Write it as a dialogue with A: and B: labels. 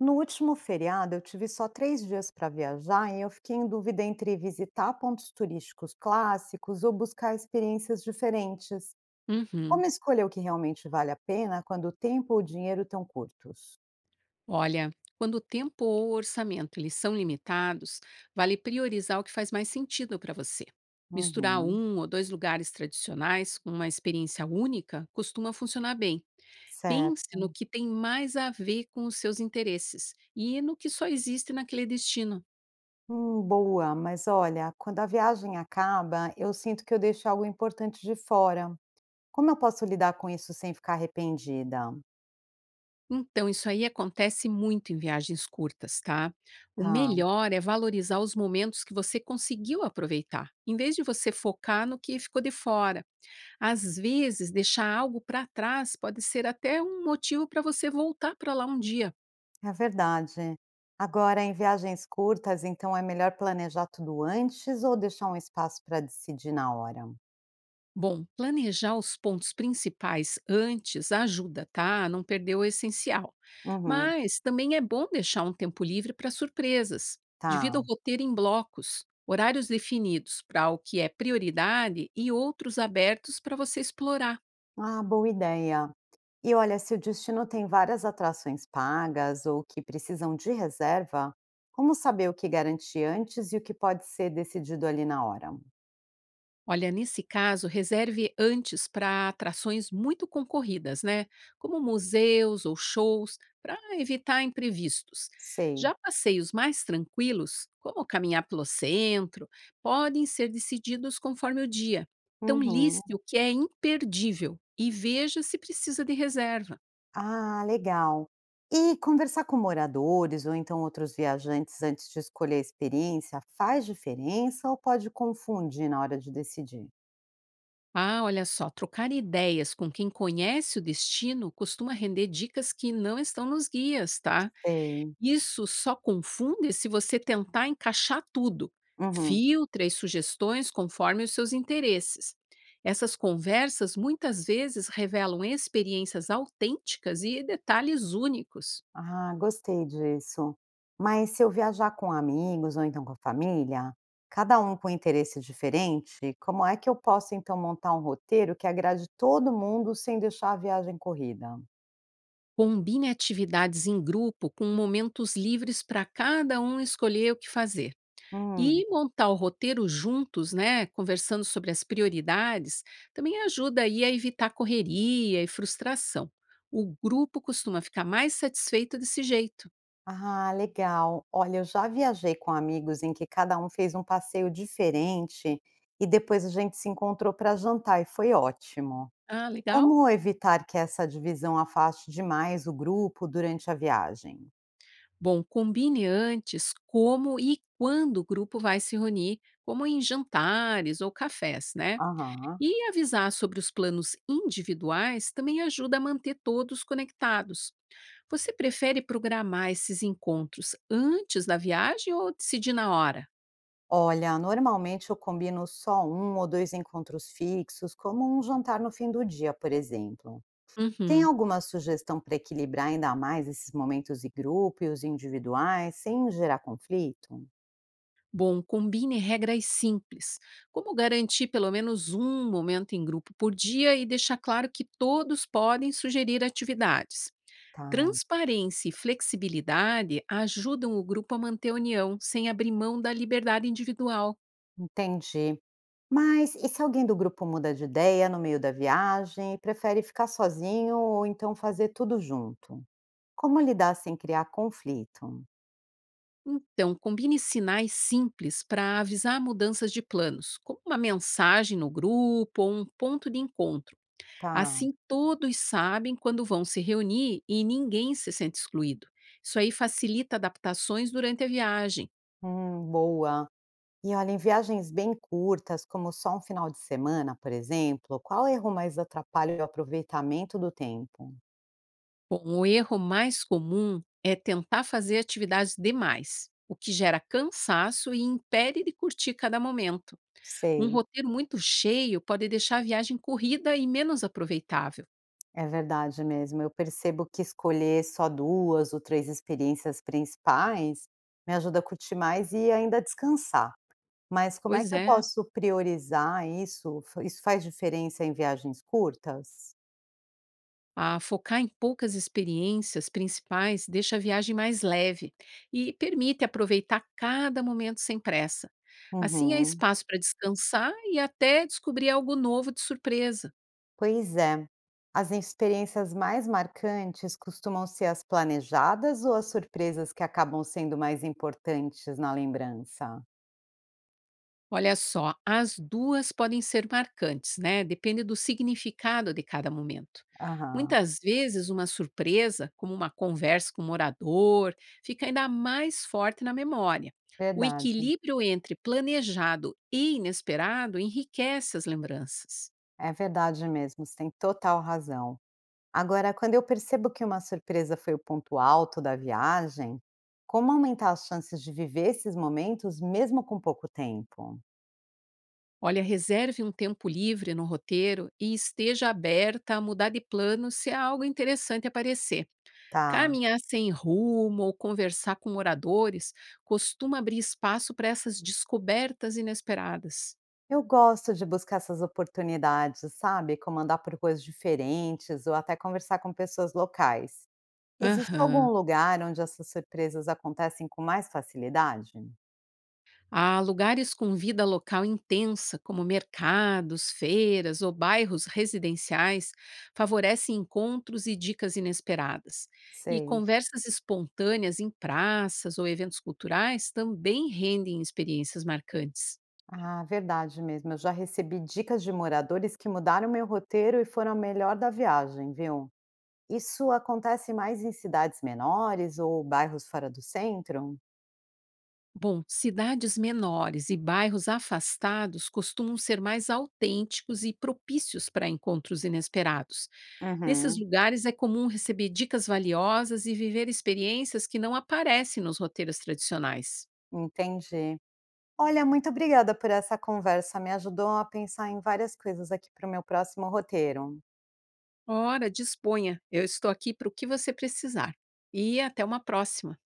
A: No último feriado, eu tive só três dias para viajar e eu fiquei em dúvida entre visitar pontos turísticos clássicos ou buscar experiências diferentes.
B: Uhum.
A: Como escolher o que realmente vale a pena quando o tempo ou o dinheiro estão curtos?
B: Olha, quando o tempo ou o orçamento eles são limitados, vale priorizar o que faz mais sentido para você. Misturar
A: Uhum,
B: um ou dois lugares tradicionais com uma experiência única costuma funcionar bem. Pense
A: certo.
B: no que tem mais a ver com os seus interesses e no que só existe naquele destino.
A: Boa, mas olha, quando a viagem acaba, eu sinto que eu deixo algo importante de fora. Como eu posso lidar com isso sem ficar arrependida?
B: Então, isso aí acontece muito em viagens curtas, tá? O
A: Tá.
B: melhor é valorizar os momentos que você conseguiu aproveitar, em vez de você focar no que ficou de fora. Às vezes, deixar algo para trás pode ser até um motivo para você voltar para lá um dia.
A: É verdade. Agora, em viagens curtas, então é melhor planejar tudo antes ou deixar um espaço para decidir na hora?
B: Bom, planejar os pontos principais antes ajuda, tá, a não perder o essencial.
A: Uhum,
B: Mas também é bom deixar um tempo livre para surpresas. Divida o
A: tá.
B: roteiro em blocos, horários definidos para o que é prioridade e outros abertos para você explorar.
A: Ah, boa ideia. E olha, se o destino tem várias atrações pagas ou que precisam de reserva, como saber o que garantir antes e o que pode ser decidido ali na hora?
B: Olha, nesse caso, reserve antes para atrações muito concorridas, né? Como museus ou shows, para evitar imprevistos. Já
A: Sei.
B: passeios mais tranquilos, como caminhar pelo centro, podem ser decididos conforme o dia. Então,
A: Uhum.
B: liste o que é imperdível e veja se precisa de reserva.
A: Ah, legal. E conversar com moradores ou então outros viajantes antes de escolher a experiência faz diferença ou pode confundir na hora de decidir?
B: Ah, olha só, trocar ideias com quem conhece o destino costuma render dicas que não estão nos guias, tá?
A: Sei.
B: Isso só confunde se você tentar encaixar tudo.
A: Uhum.
B: Filtra as sugestões conforme os seus interesses. Essas conversas muitas vezes revelam experiências autênticas e detalhes únicos.
A: Ah, gostei disso. Mas se eu viajar com amigos ou então com a família, cada um com interesse diferente, como é que eu posso então montar um roteiro que agrade todo mundo sem deixar a viagem corrida?
B: Combine atividades em grupo com momentos livres para cada um escolher o que fazer.
A: Hum.
B: E montar o roteiro juntos, né, conversando sobre as prioridades, também ajuda aí a evitar correria e frustração. O grupo costuma ficar mais satisfeito desse jeito.
A: Ah, legal. Olha, eu já viajei com amigos em que cada um fez um passeio diferente e depois a gente se encontrou para jantar e foi ótimo.
B: Ah, legal.
A: Como evitar que essa divisão afaste demais o grupo durante a viagem?
B: Bom, combine antes como e quando o grupo vai se reunir, como em jantares ou cafés, né?
A: Aham.
B: E avisar sobre os planos individuais também ajuda a manter todos conectados. Você prefere programar esses encontros antes da viagem ou decidir na hora?
A: Olha, normalmente eu combino só um ou dois encontros fixos, como um jantar no fim do dia, por exemplo. Tem
B: Uhum.
A: alguma sugestão para equilibrar ainda mais esses momentos de grupo e os individuais, sem gerar conflito?
B: Bom, combine regras simples, como garantir pelo menos um momento em grupo por dia e deixar claro que todos podem sugerir atividades.
A: Tá.
B: Transparência e flexibilidade ajudam o grupo a manter a união sem abrir mão da liberdade individual.
A: Entendi. Mas e se alguém do grupo muda de ideia no meio da viagem e prefere ficar sozinho ou então fazer tudo junto? Como lidar sem criar conflito?
B: Então, combine sinais simples para avisar mudanças de planos, como uma mensagem no grupo ou um ponto de encontro.
A: Tá,
B: Assim, todos sabem quando vão se reunir e ninguém se sente excluído. Isso aí facilita adaptações durante a viagem.
A: boa. E olha, em viagens bem curtas, como só um final de semana, por exemplo, qual erro mais atrapalha o aproveitamento do tempo?
B: Bom, o erro mais comum é tentar fazer atividades demais, o que gera cansaço e impede de curtir cada momento. Um
A: Sei,
B: roteiro muito cheio pode deixar a viagem corrida e menos aproveitável.
A: é verdade mesmo. Eu percebo que escolher só duas ou três experiências principais me ajuda a curtir mais e ainda descansar. Mas como é
B: Pois
A: que eu
B: é,
A: posso priorizar isso? Fa isso faz diferença em viagens curtas?
B: a focar em poucas experiências principais deixa a viagem mais leve e permite aproveitar cada momento sem pressa. Assim há
A: Uhum.
B: espaço para descansar e até descobrir algo novo de surpresa.
A: Pois é. As experiências mais marcantes costumam ser as planejadas ou as surpresas que acabam sendo mais importantes na lembrança?
B: Olha só, as duas podem ser marcantes, né? Depende do significado de cada momento.
A: Aham,
B: Muitas vezes, uma surpresa, como uma conversa com um morador, fica ainda mais forte na memória. O
A: verdade.
B: equilíbrio entre planejado e inesperado enriquece as lembranças.
A: É verdade mesmo, você tem total razão. Agora, quando eu percebo que uma surpresa foi o ponto alto da viagem, como aumentar as chances de viver esses momentos mesmo com pouco tempo?
B: Olha, reserve um tempo livre no roteiro e esteja aberta a mudar de plano se algo interessante aparecer.
A: Tá.
B: Caminhar sem rumo ou conversar com moradores costuma abrir espaço para essas descobertas inesperadas.
A: Eu gosto de buscar essas oportunidades, sabe, como andar por coisas diferentes ou até conversar com pessoas locais. Existe algum
B: Aham.
A: lugar onde essas surpresas acontecem com mais facilidade?
B: Há lugares com vida local intensa, como mercados, feiras ou bairros residenciais, favorecem encontros e dicas inesperadas. E
A: Sei.
B: conversas espontâneas em praças ou eventos culturais também rendem experiências marcantes.
A: Ah, verdade mesmo. Eu já recebi dicas de moradores que mudaram meu roteiro e foram a melhor da viagem, viu? Isso acontece mais em cidades menores ou bairros fora do centro?
B: Bom, cidades menores e bairros afastados costumam ser mais autênticos e propícios para encontros inesperados. Nesses
A: Uhum,
B: lugares é comum receber dicas valiosas e viver experiências que não aparecem nos roteiros tradicionais.
A: entendi. Olha, muito obrigada por essa conversa, me ajudou a pensar em várias coisas aqui para o meu próximo roteiro.
B: Ora, disponha, eu estou aqui para o que você precisar. E até uma próxima!